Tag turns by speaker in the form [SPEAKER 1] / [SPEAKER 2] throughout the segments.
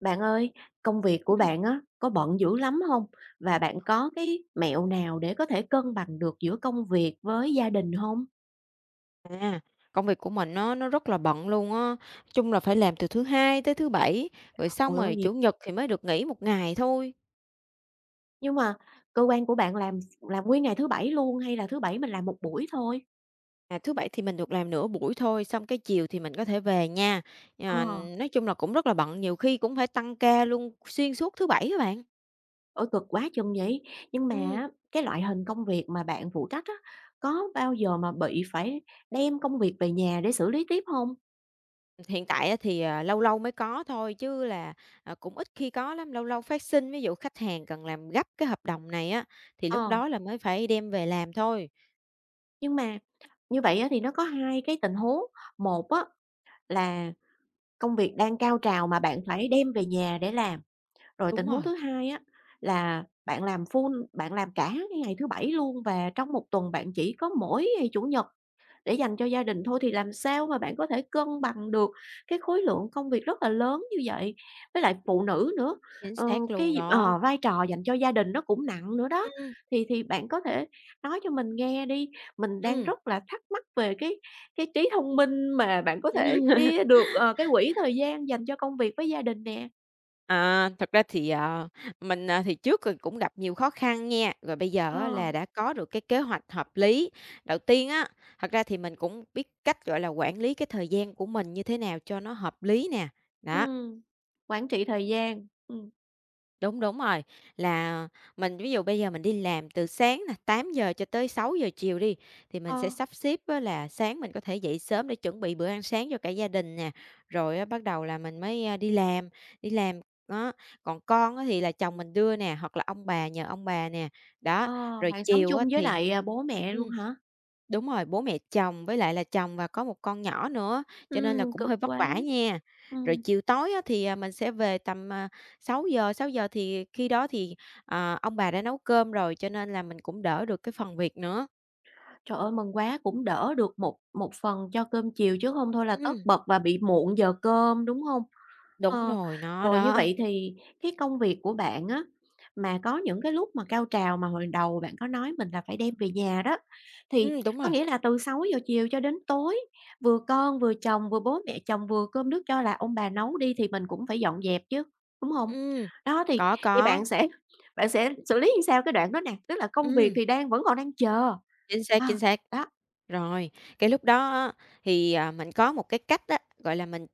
[SPEAKER 1] Bạn ơi, công việc của
[SPEAKER 2] Ừm.
[SPEAKER 1] bạn á, có bận dữ lắm không? Và bạn có cái mẹo nào để có thể cân bằng được giữa công việc với gia đình không?
[SPEAKER 2] À, Công việc của mình nó rất là bận luôn á, chung là phải làm từ thứ Hai tới thứ Bảy, rồi xong
[SPEAKER 1] Ôi ôi,
[SPEAKER 2] rồi
[SPEAKER 1] nhiều
[SPEAKER 2] Chủ nhật thì mới được nghỉ một ngày thôi.
[SPEAKER 1] nhưng mà cơ quan của bạn làm nguyên ngày thứ Bảy luôn hay là thứ Bảy mình làm một buổi thôi?
[SPEAKER 2] Thứ Bảy thì mình được làm nửa buổi thôi, xong cái chiều thì mình có thể về nha.
[SPEAKER 1] Ờ,
[SPEAKER 2] Ờ, nói chung là cũng rất là bận, nhiều khi cũng phải tăng ca luôn xuyên suốt thứ Bảy các bạn.
[SPEAKER 1] ôi, cực quá chừng vậy! Nhưng mà
[SPEAKER 2] Ừm,
[SPEAKER 1] á, cái loại hình công việc mà bạn phụ trách á, có bao giờ mà bị phải đem công việc về nhà để xử lý tiếp không?
[SPEAKER 2] Hiện tại á thì, lâu lâu mới có thôi chứ là, cũng ít khi có lắm, lâu lâu phát sinh, ví dụ khách hàng cần làm gấp cái hợp đồng này á, thì lúc
[SPEAKER 1] Ờ,
[SPEAKER 2] đó là mới phải đem về làm thôi.
[SPEAKER 1] nhưng mà như vậy á thì nó có hai cái tình huống, một á là công việc đang cao trào mà bạn phải đem về nhà để làm. Rồi tình
[SPEAKER 2] Đúng
[SPEAKER 1] huống
[SPEAKER 2] rồi,
[SPEAKER 1] thứ hai á, là bạn làm full bạn làm cả cái ngày thứ Bảy luôn và trong một tuần bạn chỉ có mỗi ngày Chủ nhật để dành cho gia đình thôi, thì làm sao mà bạn có thể cân bằng được cái khối lượng công việc rất là lớn như vậy? Với lại phụ nữ nữa,
[SPEAKER 2] chính
[SPEAKER 1] ờ,
[SPEAKER 2] xác luôn
[SPEAKER 1] cái
[SPEAKER 2] đó.
[SPEAKER 1] vai trò dành cho gia đình nó cũng nặng nữa đó.
[SPEAKER 2] Ừm,
[SPEAKER 1] Thì bạn có thể nói cho mình nghe đi, mình đang
[SPEAKER 2] ừm.
[SPEAKER 1] rất là thắc mắc về cái trí thông minh mà bạn có thể chia được, cái quỹ thời gian dành cho công việc với gia đình nè.
[SPEAKER 2] Thật ra thì, mình, thì trước cũng gặp nhiều khó khăn nha, rồi bây giờ á
[SPEAKER 1] Ờ.
[SPEAKER 2] là đã có được cái kế hoạch hợp lý. Đầu tiên á, thật ra thì mình cũng biết cách, gọi là, quản lý cái thời gian của mình như thế nào cho nó hợp lý nè, đó.
[SPEAKER 1] Ừm, quản trị thời gian.
[SPEAKER 2] Đúng, đúng rồi, là mình ví dụ bây giờ mình đi làm từ sáng là tám giờ cho tới sáu giờ chiều đi, thì mình sẽ
[SPEAKER 1] Ờ.
[SPEAKER 2] sắp xếp á là sáng mình có thể dậy sớm để chuẩn bị bữa ăn sáng cho cả gia đình nè, rồi á bắt đầu là mình mới, đi làm, đi làm, đó. Còn con á thì là chồng mình đưa nè, hoặc là ông bà nhờ ông bà nè, đó,
[SPEAKER 1] Ờ,
[SPEAKER 2] rồi
[SPEAKER 1] bạn sống
[SPEAKER 2] chiều á
[SPEAKER 1] chung với
[SPEAKER 2] thì
[SPEAKER 1] lại, bố mẹ luôn
[SPEAKER 2] ừm.
[SPEAKER 1] hả?
[SPEAKER 2] Đúng rồi, bố mẹ chồng với lại là chồng và có một con nhỏ nữa, cho nên là cũng
[SPEAKER 1] Cực
[SPEAKER 2] hơi vất
[SPEAKER 1] quá,
[SPEAKER 2] vả nha. Rồi
[SPEAKER 1] ừm.
[SPEAKER 2] chiều tối á thì, mình sẽ về tầm, sáu giờ thì khi đó thì, ông bà đã nấu cơm rồi, cho nên là mình cũng đỡ được cái phần việc nữa.
[SPEAKER 1] Trời ơi, mừng quá, cũng đỡ được một một phần cho cơm chiều chứ không thôi là tất
[SPEAKER 2] Ừm.
[SPEAKER 1] bật và bị muộn giờ cơm, đúng hông?
[SPEAKER 2] Đúng
[SPEAKER 1] Ờ,
[SPEAKER 2] rồi, nó
[SPEAKER 1] rồi như
[SPEAKER 2] đó.
[SPEAKER 1] vậy thì cái công việc của bạn á, mà có những cái lúc mà cao trào mà hồi đầu bạn có nói mình là phải đem về nhà đó, thì
[SPEAKER 2] Đúng
[SPEAKER 1] có
[SPEAKER 2] rồi.
[SPEAKER 1] nghĩa là từ 6 giờ chiều cho đến tối, vừa con, vừa chồng, vừa bố mẹ chồng, vừa cơm nước cho là ông bà nấu đi thì mình cũng phải dọn dẹp chứ, đúng hông?
[SPEAKER 2] Ừm,
[SPEAKER 1] Đó, thì
[SPEAKER 2] có,
[SPEAKER 1] thì bạn
[SPEAKER 2] có.
[SPEAKER 1] sẽ bạn sẽ xử lý sao cái đoạn đó nè? Tức là công việc
[SPEAKER 2] Ừm.
[SPEAKER 1] thì đang vẫn còn đang chờ.
[SPEAKER 2] Chính xác,
[SPEAKER 1] À,
[SPEAKER 2] chính xác.
[SPEAKER 1] đó.
[SPEAKER 2] Rồi, cái lúc đó á, thì, mình có một cái cách á, gọi là, mình,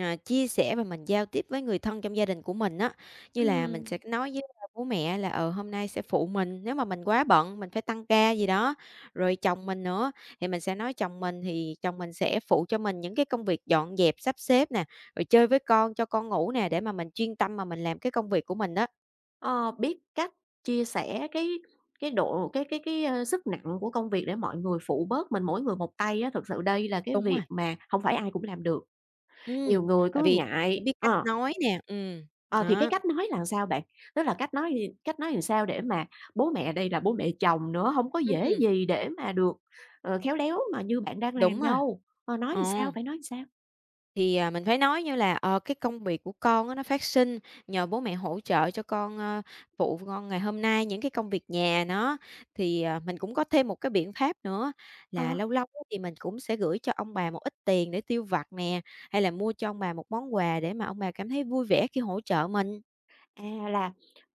[SPEAKER 2] chia sẻ và mình giao tiếp với người thân trong gia đình của mình á, như là mình sẽ
[SPEAKER 1] Ừm,
[SPEAKER 2] nói với, bố mẹ là, hôm nay sẽ phụ mình, nếu mà mình quá bận, mình phải tăng ca gì đó. Rồi chồng mình nữa, thì mình sẽ nói chồng mình thì chồng mình sẽ phụ cho mình những cái công việc dọn dẹp, sắp xếp nè, rồi chơi với con, cho con ngủ nè, để mà mình chuyên tâm mà mình làm cái công việc của mình đó.
[SPEAKER 1] ờ, biết cách chia sẻ cái độ cái, ơ, sức nặng của công việc để mọi người phụ bớt mình mỗi người một tay á, thực sự đây là cái
[SPEAKER 2] Đúng rồi,
[SPEAKER 1] việc mà không phải ai cũng làm được.
[SPEAKER 2] ừm,
[SPEAKER 1] Nhiều người
[SPEAKER 2] tại
[SPEAKER 1] cứ
[SPEAKER 2] vì phải
[SPEAKER 1] ngại
[SPEAKER 2] biết cách
[SPEAKER 1] ờ,
[SPEAKER 2] nói nè,
[SPEAKER 1] ờ, thì cái
[SPEAKER 2] đó,
[SPEAKER 1] cách nói là sao bạn? Tức là cách nói thì cách nói làm sao để mà bố mẹ đây là bố mẹ chồng nữa, không có dễ
[SPEAKER 2] ừm.
[SPEAKER 1] gì để mà được, khéo léo mà như bạn đang làm
[SPEAKER 2] Đúng rồi.
[SPEAKER 1] đâu. Ờ, nói thì sao?
[SPEAKER 2] Ồ,
[SPEAKER 1] Phải nói làm sao?
[SPEAKER 2] thì, mình phải nói như là, cái công việc của con á nó phát sinh, nhờ bố mẹ hỗ trợ cho con, phụ con ngày hôm nay những cái công việc nhà nó. Thì, mình cũng có thêm một cái biện pháp nữa là
[SPEAKER 1] Ờ.
[SPEAKER 2] lâu lâu á thì mình cũng sẽ gửi cho ông bà một ít tiền để tiêu vặt nè, hay là mua cho ông bà một món quà để mà ông bà cảm thấy vui vẻ khi hỗ trợ mình.
[SPEAKER 1] À, là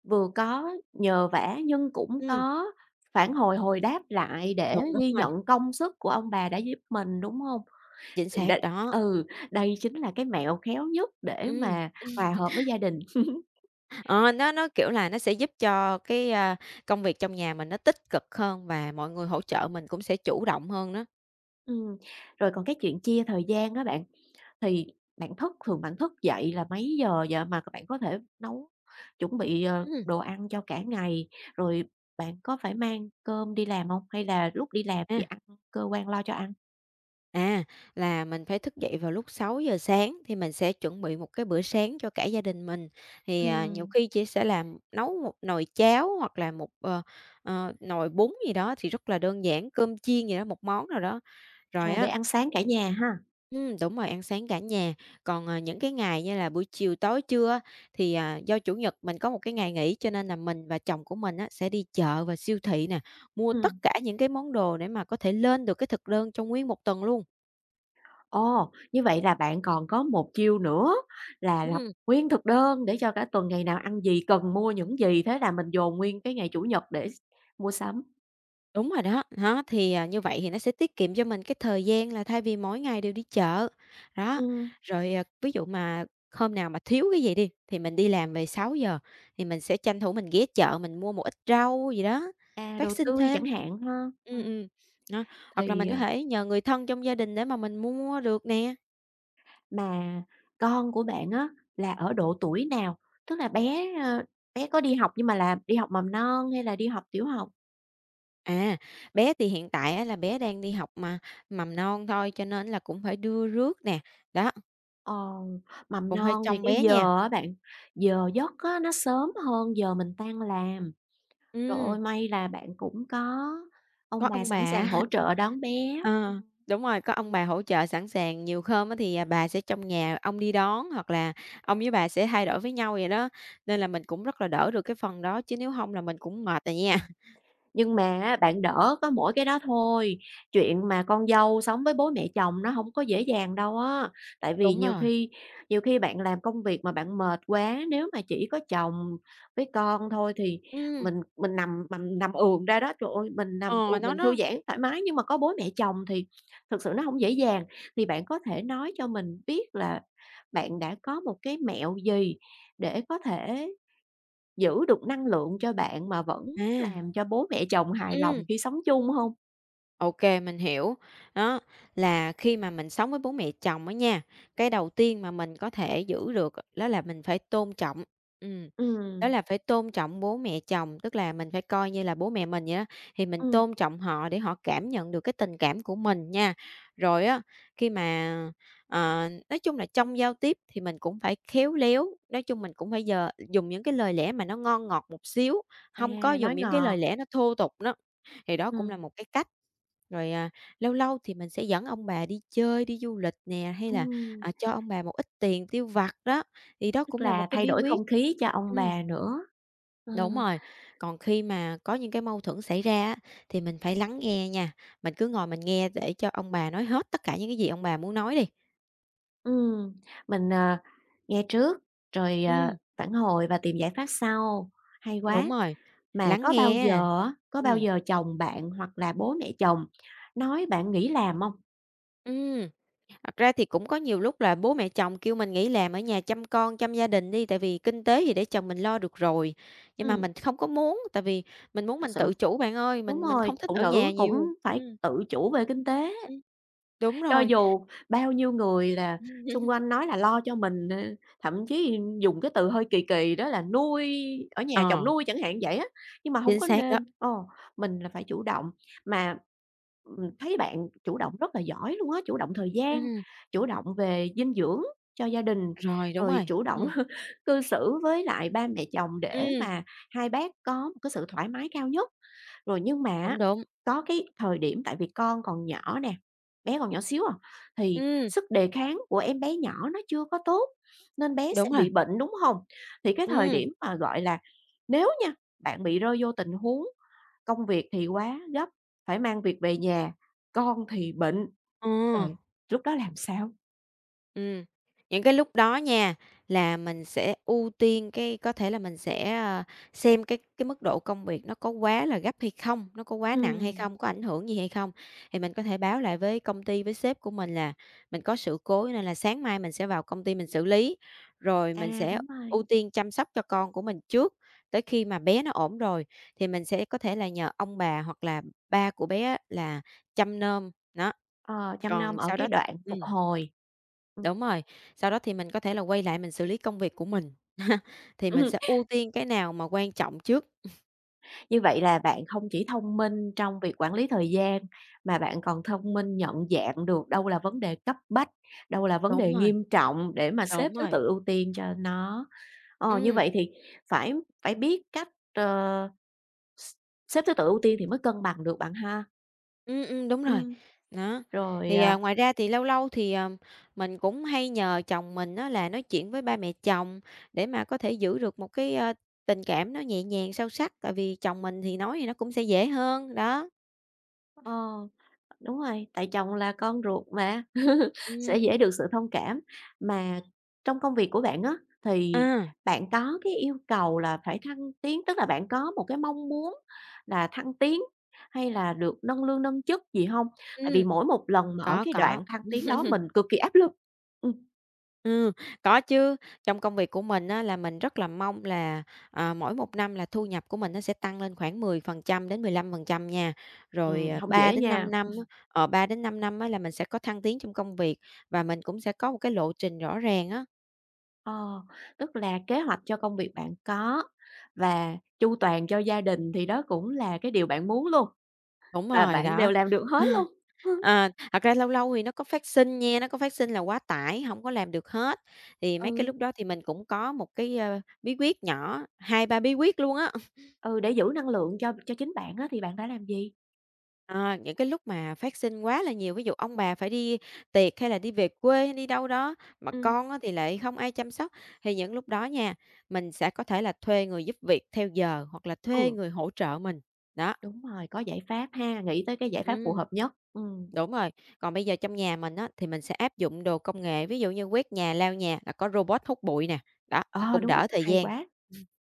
[SPEAKER 1] vừa có nhờ vả nhưng cũng
[SPEAKER 2] Ừm,
[SPEAKER 1] có phản hồi, hồi đáp lại để
[SPEAKER 2] đúng, đúng
[SPEAKER 1] ghi
[SPEAKER 2] rồi,
[SPEAKER 1] nhận công sức của ông bà đã giúp mình, đúng hông?
[SPEAKER 2] chính
[SPEAKER 1] Thì
[SPEAKER 2] xác
[SPEAKER 1] đây
[SPEAKER 2] đó,
[SPEAKER 1] ừ, đây chính là cái mẹo khéo nhất để
[SPEAKER 2] ừm.
[SPEAKER 1] mà hòa hợp với gia đình.
[SPEAKER 2] Ờ, nó, kiểu là, nó sẽ giúp cho cái, công việc trong nhà mình nó tích cực hơn và mọi người hỗ trợ mình cũng sẽ chủ động hơn đó.
[SPEAKER 1] Ừm, rồi còn cái chuyện chia thời gian á bạn, thì bạn thức thường bạn thức dậy là mấy giờ vậy mà bạn có thể nấu chuẩn bị,
[SPEAKER 2] Ừm.
[SPEAKER 1] đồ ăn cho cả ngày? Rồi bạn có phải mang cơm đi làm hông? Hay là lúc đi làm thì
[SPEAKER 2] A,
[SPEAKER 1] ăn cơ quan lo cho ăn?
[SPEAKER 2] à, là mình phải thức dậy vào lúc sáu giờ sáng thì mình sẽ chuẩn bị một cái bữa sáng cho cả gia đình mình. Thì, nhiều
[SPEAKER 1] Ừm.
[SPEAKER 2] khi chỉ sẽ làm nấu một nồi cháo hoặc là một, nồi bún gì đó thì rất là đơn giản, cơm chiên gì đó, một món nào đó. Rồi
[SPEAKER 1] À, để
[SPEAKER 2] á
[SPEAKER 1] ăn sáng cả nhà ha?
[SPEAKER 2] Đúng rồi, ăn sáng cả nhà. Còn, những cái ngày như là buổi chiều tối trưa á, thì, do Chủ nhật mình có một cái ngày nghỉ cho nên là mình và chồng của mình á, sẽ đi chợ và siêu thị nè, mua tất
[SPEAKER 1] Ừm.
[SPEAKER 2] cả những cái món đồ để mà có thể lên được cái thực đơn trong nguyên một tuần luôn.
[SPEAKER 1] Ồ, như vậy là bạn còn có một chiêu nữa là lập
[SPEAKER 2] Ừm.
[SPEAKER 1] nguyên thực đơn để cho cả tuần ngày nào ăn gì, cần mua những gì, thế là mình dồn nguyên cái ngày Chủ nhật để mua sắm.
[SPEAKER 2] Đúng rồi đó, đó, thì, như vậy thì nó sẽ tiết kiệm cho mình cái thời gian là thay vì mỗi ngày đều đi chợ. Đó,
[SPEAKER 1] Ừm,
[SPEAKER 2] rồi, ví dụ mà hôm nào mà thiếu cái gì đi, thì mình đi làm về sáu giờ thì mình sẽ tranh thủ mình ghé chợ mình mua một ít rau gì đó,
[SPEAKER 1] à,
[SPEAKER 2] phát
[SPEAKER 1] đồ
[SPEAKER 2] sinh
[SPEAKER 1] tươi chẳng
[SPEAKER 2] thêm.
[SPEAKER 1] hạn ha?
[SPEAKER 2] Ừm,
[SPEAKER 1] Ừm,
[SPEAKER 2] ừm, đó, hoặc là
[SPEAKER 1] thì,
[SPEAKER 2] mình có thể nhờ người thân trong gia đình để mà mình mua được nè.
[SPEAKER 1] mà con của bạn á là ở độ tuổi nào? Tức là bé có đi học nhưng mà là đi học mầm non hay là đi học tiểu học?
[SPEAKER 2] À, bé thì hiện tại á là bé đang đi học mà mầm non thôi cho nên là cũng phải đưa rước nè, đó,
[SPEAKER 1] Ờ, mầm
[SPEAKER 2] cũng phải
[SPEAKER 1] non thì
[SPEAKER 2] trông
[SPEAKER 1] cái
[SPEAKER 2] bé nha.
[SPEAKER 1] giờ á bạn, giờ giấc á nó sớm hơn giờ mình tan làm. Trời
[SPEAKER 2] Ừm.
[SPEAKER 1] ơi, may là bạn cũng có
[SPEAKER 2] Có
[SPEAKER 1] ông bà
[SPEAKER 2] ông bà
[SPEAKER 1] sẵn sàng
[SPEAKER 2] á,
[SPEAKER 1] hỗ trợ đón bé.
[SPEAKER 2] ờ,
[SPEAKER 1] Ừm.
[SPEAKER 2] đúng rồi, có ông bà hỗ trợ sẵn sàng, nhiều hôm á thì, bà sẽ trong nhà, ông đi đón hoặc là ông với bà sẽ thay đổi với nhau vậy đó, nên là mình cũng rất là đỡ được cái phần đó, chứ nếu không là mình cũng mệt rồi nha.
[SPEAKER 1] Nhưng mà á, bạn đỡ có mỗi cái đó thôi, chuyện mà con dâu sống với bố mẹ chồng nó hổng có dễ dàng đâu á. Tại vì
[SPEAKER 2] Đúng
[SPEAKER 1] nhiều
[SPEAKER 2] rồi,
[SPEAKER 1] khi nhiều khi bạn làm công việc mà bạn mệt quá, nếu mà chỉ có chồng với con thôi thì
[SPEAKER 2] ừm,
[SPEAKER 1] mình nằm ườn ra đó, trời ơi, mình nằm
[SPEAKER 2] ờ,
[SPEAKER 1] ườn
[SPEAKER 2] nó
[SPEAKER 1] mình thư
[SPEAKER 2] nó
[SPEAKER 1] giãn thoải mái, nhưng mà có bố mẹ chồng thì thực sự nó hổng dễ dàng. Thì bạn có thể nói cho mình biết là bạn đã có một cái mẹo gì để có thể giữ được năng lượng cho bạn mà vẫn
[SPEAKER 2] à,
[SPEAKER 1] làm cho bố mẹ chồng hài lòng
[SPEAKER 2] ừm.
[SPEAKER 1] khi sống chung hông?
[SPEAKER 2] OK, mình hiểu. Đó, là khi mà mình sống với bố mẹ chồng á nha, cái đầu tiên mà mình có thể giữ được đó là mình phải tôn trọng, ừm, đó
[SPEAKER 1] Ừm,
[SPEAKER 2] là phải tôn trọng bố mẹ chồng, tức là mình phải coi như là bố mẹ mình vậy đó, thì mình
[SPEAKER 1] ừm,
[SPEAKER 2] tôn trọng họ để họ cảm nhận được cái tình cảm của mình nha. Rồi á, khi mà, nói chung là trong giao tiếp thì mình cũng phải khéo léo, nói chung mình cũng phải giờ dùng những cái lời lẽ mà nó ngon ngọt một xíu,
[SPEAKER 1] à,
[SPEAKER 2] không có
[SPEAKER 1] nói
[SPEAKER 2] dùng những cái
[SPEAKER 1] ngọt,
[SPEAKER 2] lời lẽ nó thô tục đó, thì đó cũng
[SPEAKER 1] ừm,
[SPEAKER 2] là một cái cách. Rồi, lâu lâu thì mình sẽ dẫn ông bà đi chơi, đi du lịch nè, hay là,
[SPEAKER 1] ừm,
[SPEAKER 2] cho ông bà một ít tiền tiêu vặt đó, thì đó
[SPEAKER 1] tức
[SPEAKER 2] cũng là một
[SPEAKER 1] là
[SPEAKER 2] cái
[SPEAKER 1] thay
[SPEAKER 2] bí
[SPEAKER 1] đổi
[SPEAKER 2] quyết.
[SPEAKER 1] không khí cho ông
[SPEAKER 2] Ừm,
[SPEAKER 1] bà nữa. Ờ,
[SPEAKER 2] đúng rồi, còn khi mà có những cái mâu thuẫn xảy ra á, thì mình phải lắng nghe nha, mình cứ ngồi mình nghe để cho ông bà nói hết tất cả những cái gì ông bà muốn nói đi.
[SPEAKER 1] ừm, mình, nghe trước, rồi,
[SPEAKER 2] Ừm,
[SPEAKER 1] phản hồi và tìm giải pháp sau, hay quá.
[SPEAKER 2] đúng rồi,
[SPEAKER 1] Mà
[SPEAKER 2] lắng nghe á.
[SPEAKER 1] có bao
[SPEAKER 2] Ừm,
[SPEAKER 1] giờ chồng bạn hoặc là bố mẹ chồng nói bạn nghỉ làm hông?
[SPEAKER 2] Thật ra thì cũng có nhiều lúc là bố mẹ chồng kêu mình nghỉ làm ở nhà chăm con, chăm gia đình đi, tại vì kinh tế thì để chồng mình lo được rồi. Nhưng mà
[SPEAKER 1] Ừm,
[SPEAKER 2] mình không có muốn, tại vì mình muốn
[SPEAKER 1] thật
[SPEAKER 2] mình
[SPEAKER 1] sự
[SPEAKER 2] tự chủ bạn ơi,
[SPEAKER 1] đúng
[SPEAKER 2] mình
[SPEAKER 1] rồi,
[SPEAKER 2] không thích
[SPEAKER 1] phụ
[SPEAKER 2] ở nhà
[SPEAKER 1] nữ cũng
[SPEAKER 2] nhiều.
[SPEAKER 1] phải tự chủ về kinh tế,
[SPEAKER 2] Ừm, đúng
[SPEAKER 1] cho
[SPEAKER 2] rồi.
[SPEAKER 1] dù bao nhiêu người là xung quanh nói là lo cho mình, thậm chí dùng cái từ hơi kỳ kỳ đó là nuôi ở
[SPEAKER 2] Ờ,
[SPEAKER 1] nhà chồng nuôi chẳng hạn vậy á, nhưng mà hông
[SPEAKER 2] chính
[SPEAKER 1] có
[SPEAKER 2] xác đó.
[SPEAKER 1] nên. Ờ, mình là phải chủ động, mà, thấy bạn chủ động rất là giỏi luôn á, chủ động thời gian,
[SPEAKER 2] Ừm,
[SPEAKER 1] chủ động về dinh dưỡng cho gia đình, rồi
[SPEAKER 2] rồi.
[SPEAKER 1] chủ động cư xử với lại ba mẹ chồng để
[SPEAKER 2] Ừm,
[SPEAKER 1] mà hai bác có một cái sự thoải mái cao nhất. Rồi nhưng mà á,
[SPEAKER 2] đúng, đúng.
[SPEAKER 1] có cái thời điểm tại vì con còn nhỏ nè, bé còn nhỏ xíu à, thì
[SPEAKER 2] Ừm,
[SPEAKER 1] sức đề kháng của em bé nhỏ nó chưa có tốt, nên bé sẽ
[SPEAKER 2] đúng rồi.
[SPEAKER 1] bị bệnh, đúng không? Thì cái thời
[SPEAKER 2] Ừm,
[SPEAKER 1] điểm mà, gọi là, nếu nha, bạn bị rơi vô tình huống công việc thì quá gấp, phải mang việc về nhà, con thì bệnh,
[SPEAKER 2] ờ.
[SPEAKER 1] rồi lúc đó làm sao?
[SPEAKER 2] Ừm, những cái lúc đó nha, là mình sẽ ưu tiên cái có thể là mình sẽ, xem cái mức độ công việc nó có quá là gấp hay không, nó có quá nặng hay
[SPEAKER 1] Ừ,
[SPEAKER 2] không, có ảnh hưởng gì hay không. Thì mình có thể báo lại với công ty, với sếp của mình là mình có sự cố nên là sáng mai mình sẽ vào công ty mình xử lý, rồi mình
[SPEAKER 1] à,
[SPEAKER 2] sẽ
[SPEAKER 1] đúng
[SPEAKER 2] ưu
[SPEAKER 1] rồi,
[SPEAKER 2] tiên chăm sóc cho con của mình trước, tới khi mà bé nó ổn rồi thì mình sẽ có thể là nhờ ông bà hoặc là ba của bé á là chăm nom, nó
[SPEAKER 1] ờ, chăm nom
[SPEAKER 2] còn
[SPEAKER 1] ở
[SPEAKER 2] sau
[SPEAKER 1] cái
[SPEAKER 2] đó
[SPEAKER 1] đoạn phục
[SPEAKER 2] ừm.
[SPEAKER 1] hồi. Ừm.
[SPEAKER 2] Đúng rồi, sau đó thì mình có thể là quay lại mình xử lý công việc của mình, thì mình sẽ ưu tiên cái nào mà quan trọng trước.
[SPEAKER 1] Như vậy là bạn không chỉ thông minh trong việc quản lý thời gian, mà bạn còn thông minh nhận dạng được đâu là vấn đề cấp bách, đâu là vấn
[SPEAKER 2] Đúng
[SPEAKER 1] đề
[SPEAKER 2] rồi,
[SPEAKER 1] nghiêm trọng để mà xếp
[SPEAKER 2] đúng
[SPEAKER 1] thứ
[SPEAKER 2] rồi,
[SPEAKER 1] tự ưu tiên cho nó. Ờ, như
[SPEAKER 2] ừm,
[SPEAKER 1] vậy thì phải phải biết cách, ờ, x xếp thứ tự ưu tiên thì mới cân bằng được bạn ha.
[SPEAKER 2] đúng rồi.
[SPEAKER 1] Ừ
[SPEAKER 2] Đó,
[SPEAKER 1] rồi,
[SPEAKER 2] thì,
[SPEAKER 1] à
[SPEAKER 2] ngoài ra thì lâu lâu thì, mình cũng hay nhờ chồng mình á là nói chuyện với ba mẹ chồng để mà có thể giữ được một cái, tình cảm nó nhẹ nhàng, sâu sắc, tại vì chồng mình thì nói thì nó cũng sẽ dễ hơn, đó.
[SPEAKER 1] ờ. Đúng rồi, tại chồng là con ruột mà, sẽ
[SPEAKER 2] Ừm,
[SPEAKER 1] dễ được sự thông cảm. Mà trong công việc của bạn á, thì
[SPEAKER 2] à,
[SPEAKER 1] bạn có cái yêu cầu là phải thăng tiến, tức là bạn có một cái mong muốn là thăng tiến hay là được nâng lương, nâng chức gì không? Tại vì
[SPEAKER 2] ừm,
[SPEAKER 1] mỗi một lần mà ở
[SPEAKER 2] có,
[SPEAKER 1] cái
[SPEAKER 2] có.
[SPEAKER 1] đoạn thăng tiến đó mình cực kỳ áp lực. Ừm,
[SPEAKER 2] Ừ, có chứ. Trong công việc của mình á, là mình rất là mong là, mỗi một năm là thu nhập của mình nó sẽ tăng lên khoảng 10% đến 15% nha. Rồi,
[SPEAKER 1] hông
[SPEAKER 2] 3
[SPEAKER 1] dễ
[SPEAKER 2] đến
[SPEAKER 1] nha.
[SPEAKER 2] 5 năm á 3 đến 5 năm á là mình sẽ có thăng tiến trong công việc và mình cũng sẽ có một cái lộ trình rõ ràng á.
[SPEAKER 1] Ờ, tức là kế hoạch cho công việc bạn có và chu toàn cho gia đình thì đó cũng là cái điều bạn muốn luôn,
[SPEAKER 2] Đúng
[SPEAKER 1] và
[SPEAKER 2] rồi,
[SPEAKER 1] bạn
[SPEAKER 2] đó.
[SPEAKER 1] đều làm được hết luôn.
[SPEAKER 2] Ờ, thật ra lâu lâu thì nó có phát sinh nha, nó có phát sinh là quá tải, không có làm được hết. Thì mấy cái
[SPEAKER 1] Ừ,
[SPEAKER 2] lúc đó thì mình cũng có một cái, bí quyết nhỏ, hai ba bí quyết luôn á.
[SPEAKER 1] ừ, để giữ năng lượng cho chính bạn á thì bạn đã làm gì?
[SPEAKER 2] À, những cái lúc mà phát sinh quá là nhiều, ví dụ ông bà phải đi tiệc hay là đi về quê hay đi đâu đó, mà
[SPEAKER 1] Ừm,
[SPEAKER 2] con á thì lại không ai chăm sóc, thì những lúc đó nha, mình sẽ có thể là thuê người giúp việc theo giờ hoặc là thuê
[SPEAKER 1] ừ,
[SPEAKER 2] người hỗ trợ mình. Đó.
[SPEAKER 1] đúng rồi, có giải pháp ha, nghĩ tới cái giải pháp phù
[SPEAKER 2] Ừm.
[SPEAKER 1] hợp nhất. Ừ
[SPEAKER 2] Đúng rồi, còn bây giờ trong nhà mình á, thì mình sẽ áp dụng đồ công nghệ, ví dụ như quét nhà, lau nhà là có robot hút bụi nè, đó, nó
[SPEAKER 1] ờ,
[SPEAKER 2] cũng
[SPEAKER 1] đúng,
[SPEAKER 2] đỡ thời
[SPEAKER 1] hay
[SPEAKER 2] gian.
[SPEAKER 1] quá.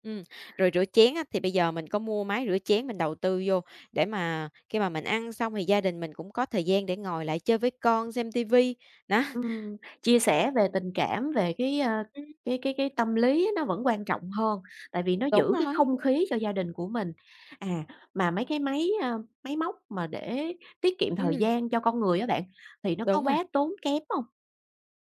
[SPEAKER 2] Ừm, rồi rửa chén á, thì bây giờ mình có mua máy rửa chén mình đầu tư vô để mà khi mà mình ăn xong thì gia đình mình cũng có thời gian để ngồi lại chơi với con, xem ti vi, đó.
[SPEAKER 1] Ừm, chia sẻ về tình cảm, về cái, a,
[SPEAKER 2] Ừm.
[SPEAKER 1] cái cái tâm lý á nó vẫn quan trọng hơn, tại vì nó
[SPEAKER 2] Đúng
[SPEAKER 1] giữ cái
[SPEAKER 2] rồi,
[SPEAKER 1] không khí cho gia đình của mình. À, mà mấy cái máy móc mà để tiết kiệm thời
[SPEAKER 2] ừm,
[SPEAKER 1] gian cho con người á bạn, thì nó có
[SPEAKER 2] đúng rồi.
[SPEAKER 1] quá tốn kém không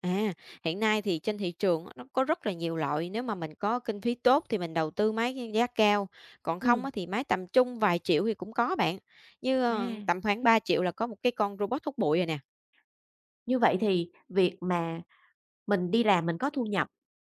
[SPEAKER 2] À, hiện nay thì trên thị trường á, nó có rất là nhiều loại, nếu mà mình có kinh phí tốt thì mình đầu tư máy giá cao, còn không
[SPEAKER 1] ừ
[SPEAKER 2] á thì máy tầm trung vài triệu thì cũng có bạn. Như,
[SPEAKER 1] à,
[SPEAKER 2] tầm khoảng 3 triệu là có một cái con robot hút bụi rồi nè.
[SPEAKER 1] như vậy thì việc mà mình đi làm mình có thu nhập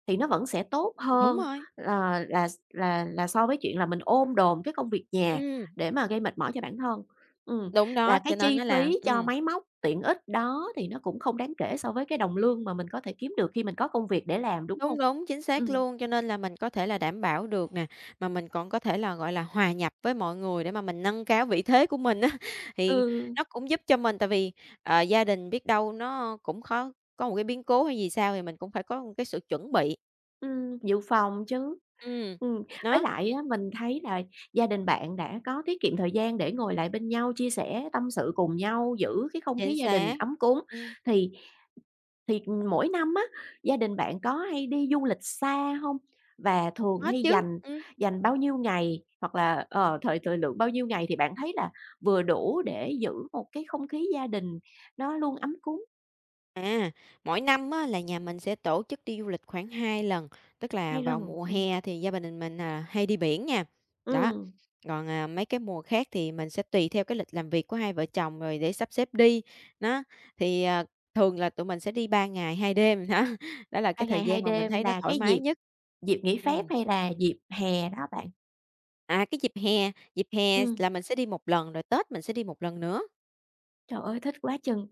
[SPEAKER 1] thì nó vẫn sẽ tốt
[SPEAKER 2] Đúng
[SPEAKER 1] hơn
[SPEAKER 2] rồi.
[SPEAKER 1] là so với chuyện là mình ôm đồm cái công việc nhà
[SPEAKER 2] Ừm,
[SPEAKER 1] để mà gây mệt mỏi cho bản thân. Ừm,
[SPEAKER 2] đúng đó,
[SPEAKER 1] và cái
[SPEAKER 2] cho nên
[SPEAKER 1] chi
[SPEAKER 2] nó là
[SPEAKER 1] phí cho
[SPEAKER 2] ừm.
[SPEAKER 1] máy móc tiện ích đó thì nó cũng không đáng kể so với cái đồng lương mà mình có thể kiếm được khi mình có công việc để làm, đúng không?
[SPEAKER 2] Đúng, đúng, chính
[SPEAKER 1] Ừm,
[SPEAKER 2] xác luôn, cho nên là mình có thể là đảm bảo được nè, mà mình còn có thể là, gọi là, hòa nhập với mọi người để mà mình nâng cao vị thế của mình á, thì
[SPEAKER 1] ừ,
[SPEAKER 2] nó cũng giúp cho mình tại vì, gia đình biết đâu nó cũng khó có một cái biến cố hay gì sao thì mình cũng phải có một cái sự chuẩn bị.
[SPEAKER 1] dự phòng chứ.
[SPEAKER 2] Ừm,
[SPEAKER 1] Ừm, với
[SPEAKER 2] đó,
[SPEAKER 1] lại á mình thấy là gia đình bạn đã có tiết kiệm thời gian để ngồi lại bên nhau, chia sẻ tâm sự cùng nhau, giữ cái không
[SPEAKER 2] chính
[SPEAKER 1] khí gia đình
[SPEAKER 2] xác.
[SPEAKER 1] ấm cúng,
[SPEAKER 2] Ừm,
[SPEAKER 1] thì Thì, mỗi năm á, gia đình bạn có hay đi du lịch xa hông? Và thường
[SPEAKER 2] có
[SPEAKER 1] hay
[SPEAKER 2] chứ,
[SPEAKER 1] dành
[SPEAKER 2] ừm.
[SPEAKER 1] dành bao nhiêu ngày hoặc là, ờ, thời thời lượng bao nhiêu ngày thì bạn thấy là vừa đủ để giữ một cái không khí gia đình nó luôn ấm cúng?
[SPEAKER 2] À, mỗi năm á, là nhà mình sẽ tổ chức đi du lịch khoảng 2 lần, tức là
[SPEAKER 1] 2 lần?
[SPEAKER 2] vào mùa hè thì gia đình mình à, hay đi biển nha. Đó.
[SPEAKER 1] Ừm,
[SPEAKER 2] Còn mấy cái mùa khác thì mình sẽ tùy theo cái lịch làm việc của hai vợ chồng rồi để sắp xếp đi. Đó. Thì thường là tụi mình sẽ đi 3 ngày 2 đêm đó. Đó là
[SPEAKER 1] 3
[SPEAKER 2] cái thời
[SPEAKER 1] ngày 2
[SPEAKER 2] gian mà mình
[SPEAKER 1] đêm
[SPEAKER 2] thấy nó
[SPEAKER 1] là
[SPEAKER 2] thoải
[SPEAKER 1] cái
[SPEAKER 2] mái
[SPEAKER 1] dịp
[SPEAKER 2] nhất.
[SPEAKER 1] dịp nghỉ phép
[SPEAKER 2] Ừ.
[SPEAKER 1] hay là dịp hè đó bạn?
[SPEAKER 2] À cái dịp hè
[SPEAKER 1] Ừm,
[SPEAKER 2] là mình sẽ đi một lần rồi Tết mình sẽ đi một lần nữa.
[SPEAKER 1] trời ơi, thích quá chừng!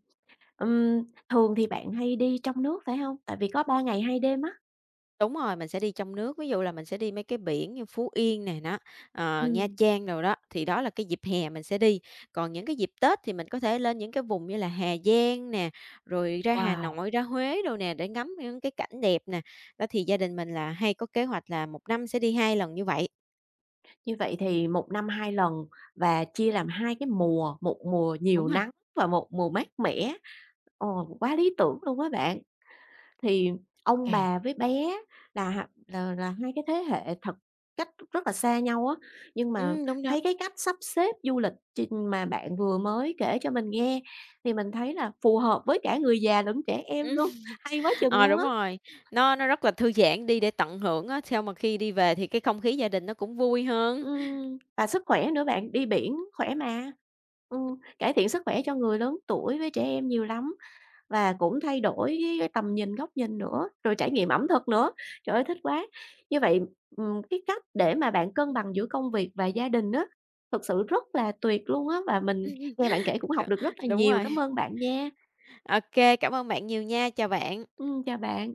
[SPEAKER 1] Thường thì bạn hay đi trong nước phải hông? Tại vì có 3 ngày 2 đêm á.
[SPEAKER 2] Đúng rồi, mình sẽ đi trong nước, ví dụ là mình sẽ đi mấy cái biển như Phú Yên nè, đó, ờ, Nha
[SPEAKER 1] Ừm,
[SPEAKER 2] Trang đồ đó, thì đó là cái dịp hè mình sẽ đi. Còn những cái dịp Tết thì mình có thể lên những cái vùng như là Hà Giang nè, rồi ra Hà
[SPEAKER 1] wow!
[SPEAKER 2] Nội, ra Huế đâu nè, để ngắm những cái cảnh đẹp nè. Đó, thì gia đình mình là hay có kế hoạch là một năm sẽ đi hai lần như vậy.
[SPEAKER 1] Như vậy thì một năm 2 lần và chia làm 2 cái mùa, một mùa
[SPEAKER 2] Đúng
[SPEAKER 1] nhiều
[SPEAKER 2] rồi,
[SPEAKER 1] nắng và một mùa mát mẻ. Ờ, quá lý tưởng luôn á bạn. Thì
[SPEAKER 2] ok
[SPEAKER 1] ông
[SPEAKER 2] kê.
[SPEAKER 1] bà với bé là là hai cái thế hệ thật cách rất là xa nhau á, nhưng mà
[SPEAKER 2] Đúng đó.
[SPEAKER 1] thấy cái cách sắp xếp du lịch mà bạn vừa mới kể cho mình nghe thì mình thấy là phù hợp với cả người già lẫn trẻ em
[SPEAKER 2] Ừm,
[SPEAKER 1] luôn, hay quá chừng
[SPEAKER 2] ờ,
[SPEAKER 1] luôn
[SPEAKER 2] đúng
[SPEAKER 1] á.
[SPEAKER 2] rồi, nó rất là thư giãn, đi để tận hưởng á, xong mà khi đi về thì cái không khí gia đình nó cũng vui hơn.
[SPEAKER 1] Và sức khỏe nữa bạn, đi biển khỏe mà. Cải thiện sức khỏe cho người lớn tuổi với trẻ em nhiều lắm và cũng thay đổi cái tầm nhìn, góc nhìn nữa, rồi trải nghiệm ẩm thực nữa. Trời ơi, thích quá! Như vậy, cái cách để mà bạn cân bằng giữa công việc và gia đình á, thực sự rất là tuyệt luôn á, và mình nghe bạn kể cũng học được rất là
[SPEAKER 2] Đúng
[SPEAKER 1] nhiều. Cảm
[SPEAKER 2] rồi.
[SPEAKER 1] ơn bạn nha.
[SPEAKER 2] OK, cảm ơn bạn nhiều nha. Chào bạn.
[SPEAKER 1] Chào bạn.